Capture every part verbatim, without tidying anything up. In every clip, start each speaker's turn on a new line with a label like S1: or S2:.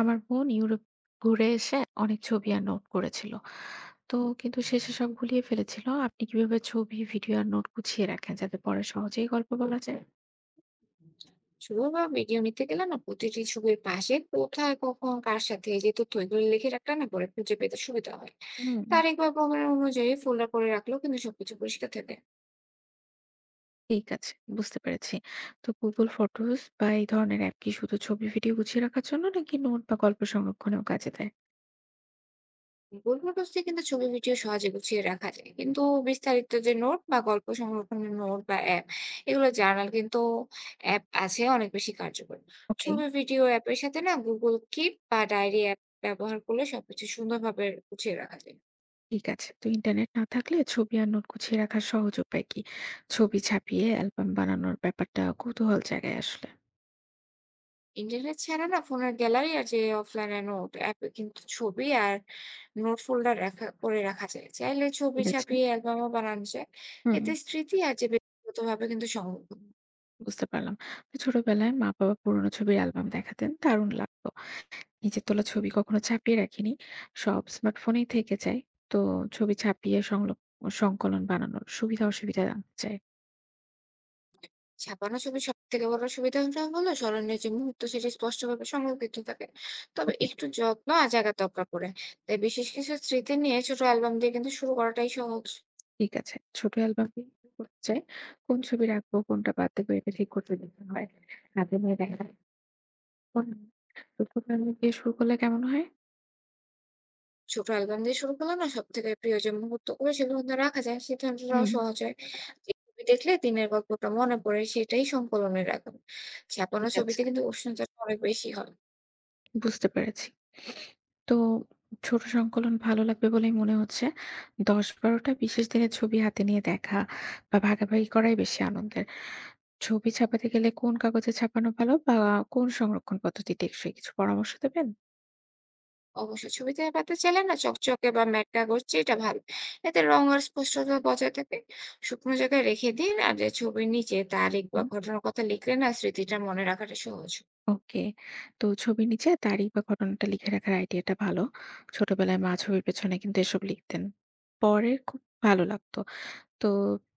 S1: আমার বোন ইউরোপ ঘুরে এসে অনেক ছবি আর নোট করেছিল তো কিন্তু শেষে সব গুলিয়ে ফেলেছিল। আপনি কিভাবে ছবি ভিডিও আর নোট গুছিয়ে রাখেন যাতে পরে সহজেই গল্প বলা যায়?
S2: ছবি বা ভিডিও নিতে গেলে না প্রতিটি ছবির পাশে কোথায় কখন কার সাথে এই যে তথ্য এগুলো লিখে রাখলে না পরে খুঁজে পেতে সুবিধা হয়।
S1: হুম।
S2: তারিখ বা প্রমাণ অনুযায়ী ফোল্ডার করে রাখলেও কিন্তু সবকিছু পরিষ্কার থাকে।
S1: ঠিক আছে, বুঝতে পেরেছি। তো গুগল ফটোস বা এই ধরনের অ্যাপ কি শুধু ছবি ভিডিও গুছিয়ে রাখার জন্য, নাকি নোট বা গল্প সংরক্ষণেও কাজে দেয়?
S2: গুগল ফটোসে কিন্তু ছবি ভিডিও সহজে গুছিয়ে রাখা যায়, কিন্তু বিস্তারিত যে নোট বা গল্প সংরক্ষণের নোট বা অ্যাপ, এগুলো জার্নাল কিন্তু অ্যাপ আছে অনেক বেশি কার্যকর।
S1: ওকে।
S2: ছবি ভিডিও অ্যাপের সাথে না গুগল কিপ বা ডায়েরি অ্যাপ ব্যবহার করলে সবকিছু সুন্দরভাবে গুছিয়ে রাখা যায়।
S1: ঠিক আছে, তো ইন্টারনেট না থাকলে ছবি আর নোট গুছিয়ে রাখার সহজ উপায় কি? ছবি ছাপিয়ে অ্যালবাম বানানোর ব্যাপারটা কৌতূহল জায়গায় আসলে।
S2: ইন্টারনেট ছাড়া না ফোনের গ্যালারি আর যে অফলাইনে নোট অ্যাপে কিন্তু ছবি আর নোট ফোল্ডার রাখা করে রাখা যায়, চাইলে ছবি
S1: ঠিক আছে।
S2: ছাপিয়ে অ্যালবামও বানানো যায়।
S1: হুম।
S2: এতে স্মৃতি আর যে ব্যক্তিগতভাবে কিন্তু সংরক্ষণ হয়।
S1: বুঝতে পারলাম। তো ছোটবেলায় মা-বাবা পুরোনো ছবির অ্যালবাম দেখাতেন, দারুণ লাগতো। নিজের তোলা ছবি কখনো ছাপিয়ে রাখিনি। সব স্মার্টফোনেই থেকে যায়। তো ছবি ছাপিয়ে সংলক সংকলন বানানোর সুবিধা-অসুবিধা জানতে চাই।
S2: ছাপানো ছবি সব থেকে বড় সুবিধা হলো স্মরণীয় যে মুহূর্ত সেটি স্পষ্টভাবে সংরক্ষিত থাকে, তবে
S1: ওকে,
S2: একটু যত্ন আর জায়গা দরকার পড়ে। তাই বিশেষ কিছু স্মৃতি নিয়ে ছোট অ্যালবাম দিয়ে কিন্তু শুরু করাটাই সহজ।
S1: ঠিক আছে। ছোট অ্যালবাম করতে চাই। কোন ছবি রাখবো, কোনটা বাদ দেবো এটা ঠিক করতে দিতে হয়। হাতে নিয়ে দেখা। তো ছোট অ্যালবাম দিয়ে শুরু করলে কেমন হয়?
S2: ছোট অ্যালবাম দিয়ে শুরু করলে না সবথেকে প্রিয় যে মুহূর্তগুলো সেগুলো কিন্তু রাখা যায়। সিদ্ধান্তটাও
S1: হুম,
S2: সহজ হয়। যে ছবি দেখলে দিনের গল্পটা মনে পড়ে সেটাই সংকলনে রাখুন। ছাপানো
S1: ঠিক আছে।
S2: ছবিতে কিন্তু উষ্ণতাটা অনেক বেশি হয়।
S1: বুঝতে পেরেছি। তো ছোট সংকলন ভালো লাগবে বলেই মনে হচ্ছে। দশ বারো টা বিশেষ দিনের ছবি হাতে নিয়ে দেখা বা ভাগাভাগি করাই বেশি আনন্দের। ছবি ছাপাতে গেলে কোন কাগজে ছাপানো ভালো, বা কোন সংরক্ষণ পদ্ধতি টেকসই? কিছু পরামর্শ দেবেন?
S2: অবশ্যই ছবিতে পাতা চাইলে না চকচকে বা ম্যাট কাগজ যেটা ভালো। এতে রং আর স্পষ্টতা বজায় থাকে। শুকনো জায়গায় রেখে দিন আর যে ছবির নিচে তারিখ বা
S1: হুম।
S2: ঘটনার কথা লিখলে না স্মৃতিটা মনে রাখাটা সহজ।
S1: ওকে। তো ছবির নিচে তারিখ বা ঘটনাটা লিখে রাখার আইডিয়াটা ভালো। ছোটবেলায় মা ছবির পেছনে কিন্তু এসব লিখতেন। পরে খুব ভালো লাগতো। তো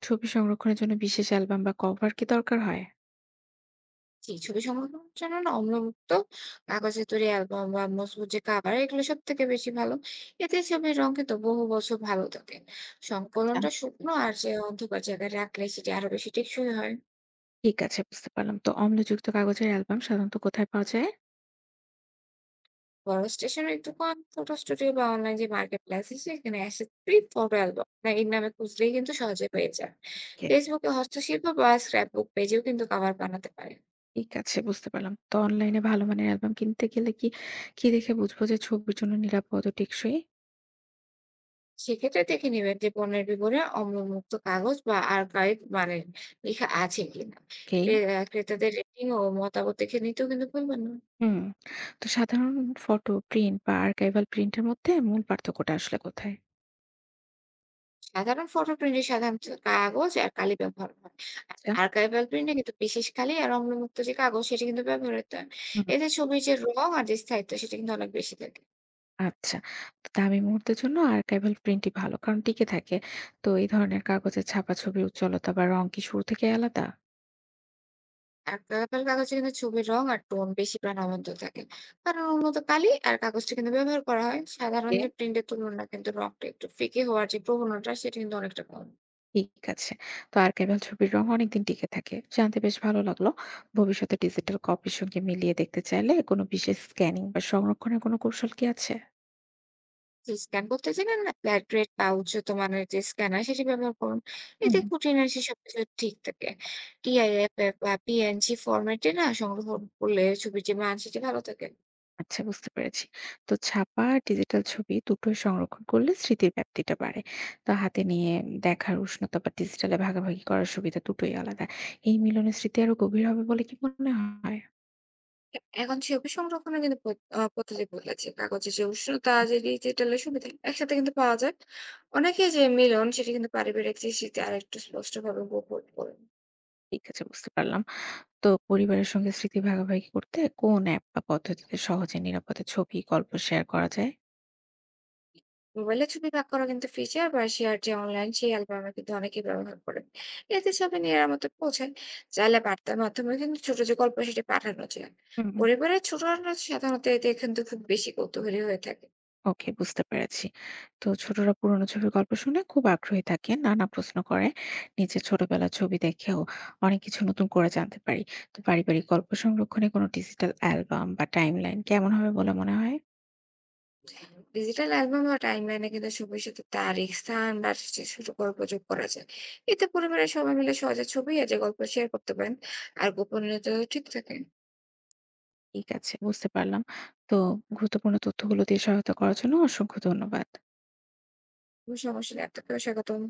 S1: ছবি সংরক্ষণের জন্য বিশেষ অ্যালবাম বা কভার কি দরকার হয়?
S2: জি, ছবি সংরক্ষণের জন্য না অম্লমুক্ত কাগজে তৈরি অ্যালবাম বা মজবুত যে কাভার এগুলো সব থেকে বেশি ভালো। এতে ছবির রং কিন্তু বহু বছর ভালো থাকে।
S1: আচ্ছা।
S2: সংকলনটা শুকনো আর যে অন্ধকার জায়গায় রাখলে সেটি আরো বেশি টেকসই হয়।
S1: ঠিক আছে, বুঝতে পারলাম। তো অম্লযুক্ত কাগজের অ্যালবাম সাধারণত কোথায় পাওয়া যায়?
S2: বড় স্টেশনের দোকান, ফটো স্টুডিও বা অনলাইন যে মার্কেট প্লেস সেখানে অ্যাসেট প্রিন্ট ফটো অ্যালবাম বা এর নামে খুঁজলেই কিন্তু সহজে পেয়ে যান।
S1: ওকে।
S2: ফেসবুকে হস্তশিল্প বা স্ক্র্যাপ বুক পেজেও কিন্তু কাভার বানাতে পারেন।
S1: ঠিক আছে, বুঝতে পারলাম। তো অনলাইনে ভালো মানের অ্যালবাম কিনতে গেলে কি, কি দেখে বুঝবো যে ছবির জন্য নিরাপদ ও টেকসই?
S2: সেক্ষেত্রে দেখে নেবেন যে পণ্যের বিবরণে অম্লমুক্ত কাগজ বা আর্কাইভ মানে লেখা আছে কিনা।
S1: ওকেই।
S2: ক্রে- আহ, ক্রেতাদের রেটিং ও মতামত দেখে নিতেও কিন্তু ভুলবেন না।
S1: হুম। তো সাধারণ ফটো, প্রিন্ট বা আর্কাইভাল প্রিন্টের মধ্যে মূল পার্থক্যটা আসলে কোথায়?
S2: সাধারণ ফটো প্রিন্টে সাধারণত কাগজ আর কালি ব্যবহার হয়, আর
S1: আচ্ছা।
S2: আর্কাইভাল প্রিন্টে কিন্তু বিশেষ কালি আর অম্লমুক্ত যে কাগজ সেটা কিন্তু ব্যবহৃত হয়।
S1: হুম।
S2: এতে ছবির যে রং আর যে স্থায়িত্ব সেটা কিন্তু অনেক বেশি থাকে।
S1: আচ্ছা। তো দামি মুহূর্তের জন্য আর্কাইভাল প্রিন্টই ভালো, কারণ টিকে থাকে। তো এই ধরনের কাগজের ছাপা ছবির উজ্জ্বলতা বা রং কি শুরু থেকেই আলাদা?
S2: আঁকা-পাকা কাগজে কিন্তু ছবির রং আর টোন বেশি প্রাণবন্ত থাকে। কারণ উন্নত কালি আর কাগজটা কিন্তু ব্যবহার করা হয়। সাধারণ
S1: ওকে।
S2: যে প্রিন্টের তুলনায় কিন্তু রংটা একটু ফিকে হওয়ার যে প্রবণতা সেটা কিন্তু অনেকটা কম।
S1: ঠিক আছে। তো আর্কাইভাল ছবির রং অনেকদিন টিকে থাকে। জানতে বেশ ভালো লাগলো। ভবিষ্যতে ডিজিটাল কপির সঙ্গে মিলিয়ে দেখতে চাইলে কোনো বিশেষ স্ক্যানিং বা সংরক্ষণের কোনো কৌশল কি আছে?
S2: যে স্ক্যান করতে জানেন না, লাইটওয়েট বা উন্নত মানের যে স্ক্যানার সেটি ব্যবহার করুন। এতে
S1: হুম।
S2: খুঁটিনাটি সবকিছু ঠিক থাকে। টি আই এফ বা পি এন জি ফরম্যাটে না সংগ্রহ করলে ছবির যে মান সেটি ভালো থাকে।
S1: আচ্ছা, বুঝতে পেরেছি। তো ছাপা আর ডিজিটাল ছবি দুটোই সংরক্ষণ করলে স্মৃতির ব্যাপ্তিটা বাড়ে। তো হাতে নিয়ে দেখার উষ্ণতা বা ডিজিটালে ভাগাভাগি করার সুবিধা দুটোই আলাদা। এই মিলনের স্মৃতি আরো গভীর হবে বলে কি মনে হয়?
S2: এ এখন ছবি সংরক্ষণে কিন্তু পদ আ পদ্ধতি বদলেছে। কাগজের যে উষ্ণতা, যে ডিজিটালের সুবিধা, একসাথে কিন্তু পাওয়া যায়। অনেকেই যে মিলন, সেটি কিন্তু পারিবারিক যে স্মৃতি আরেকটু স্পষ্টভাবে উপভোগ করেন।
S1: ঠিক আছে, বুঝতে পারলাম। তো পরিবারের সঙ্গে স্মৃতি ভাগাভাগি করতে কোন অ্যাপ বা পদ্ধতিতে সহজে নিরাপদে ছবি, গল্প শেয়ার করা যায়?
S2: মোবাইলে ছবি ভাগ করা কিন্তু ফিচার বা শেয়ার যে অনলাইন, সেই অ্যালবামে কিন্তু অনেকেই ব্যবহার করেন। এতে ছবি নিরাপদে পৌঁছায়। চাইলে বার্তার মাধ্যমে কিন্তু ছোট যে গল্প, সেটি পাঠানো যায়।
S1: হুম।
S2: পরিবারের ছোটরা সাধারণত এতে কিন্তু খুব বেশি কৌতূহলী হয়ে থাকে।
S1: ওকে, বুঝতে পেরেছি। তো ছোটরা পুরোনো ছবির গল্প শুনে খুব আগ্রহী থাকে। নানা প্রশ্ন করে। নিজের ছোটবেলার ছবি দেখেও অনেক কিছু নতুন করে জানতে পারি। তো পারিবারিক গল্প সংরক্ষণে কোনো ডিজিটাল অ্যালবাম বা টাইমলাইন কেমন হবে বলে মনে হয়?
S2: ডিজিটাল অ্যালবাম বা টাইমলাইনে কিন্তু ছবির সাথে তারিখ, স্থান বা যে ছোট গল্প যোগ করা যায়। এতে পরিবারের সবাই মিলে সহজে ছবি আর যে গল্প শেয়ার করতে পারেন আর গোপনীয়তা ঠিক থাকে।
S1: ঠিক আছে, বুঝতে পারলাম। তো গুরুত্বপূর্ণ তথ্যগুলো দিয়ে সহায়তা করার জন্য অসংখ্য ধন্যবাদ।
S2: কোনো সমস্যা নেই। আপনাকেও স্বাগতম।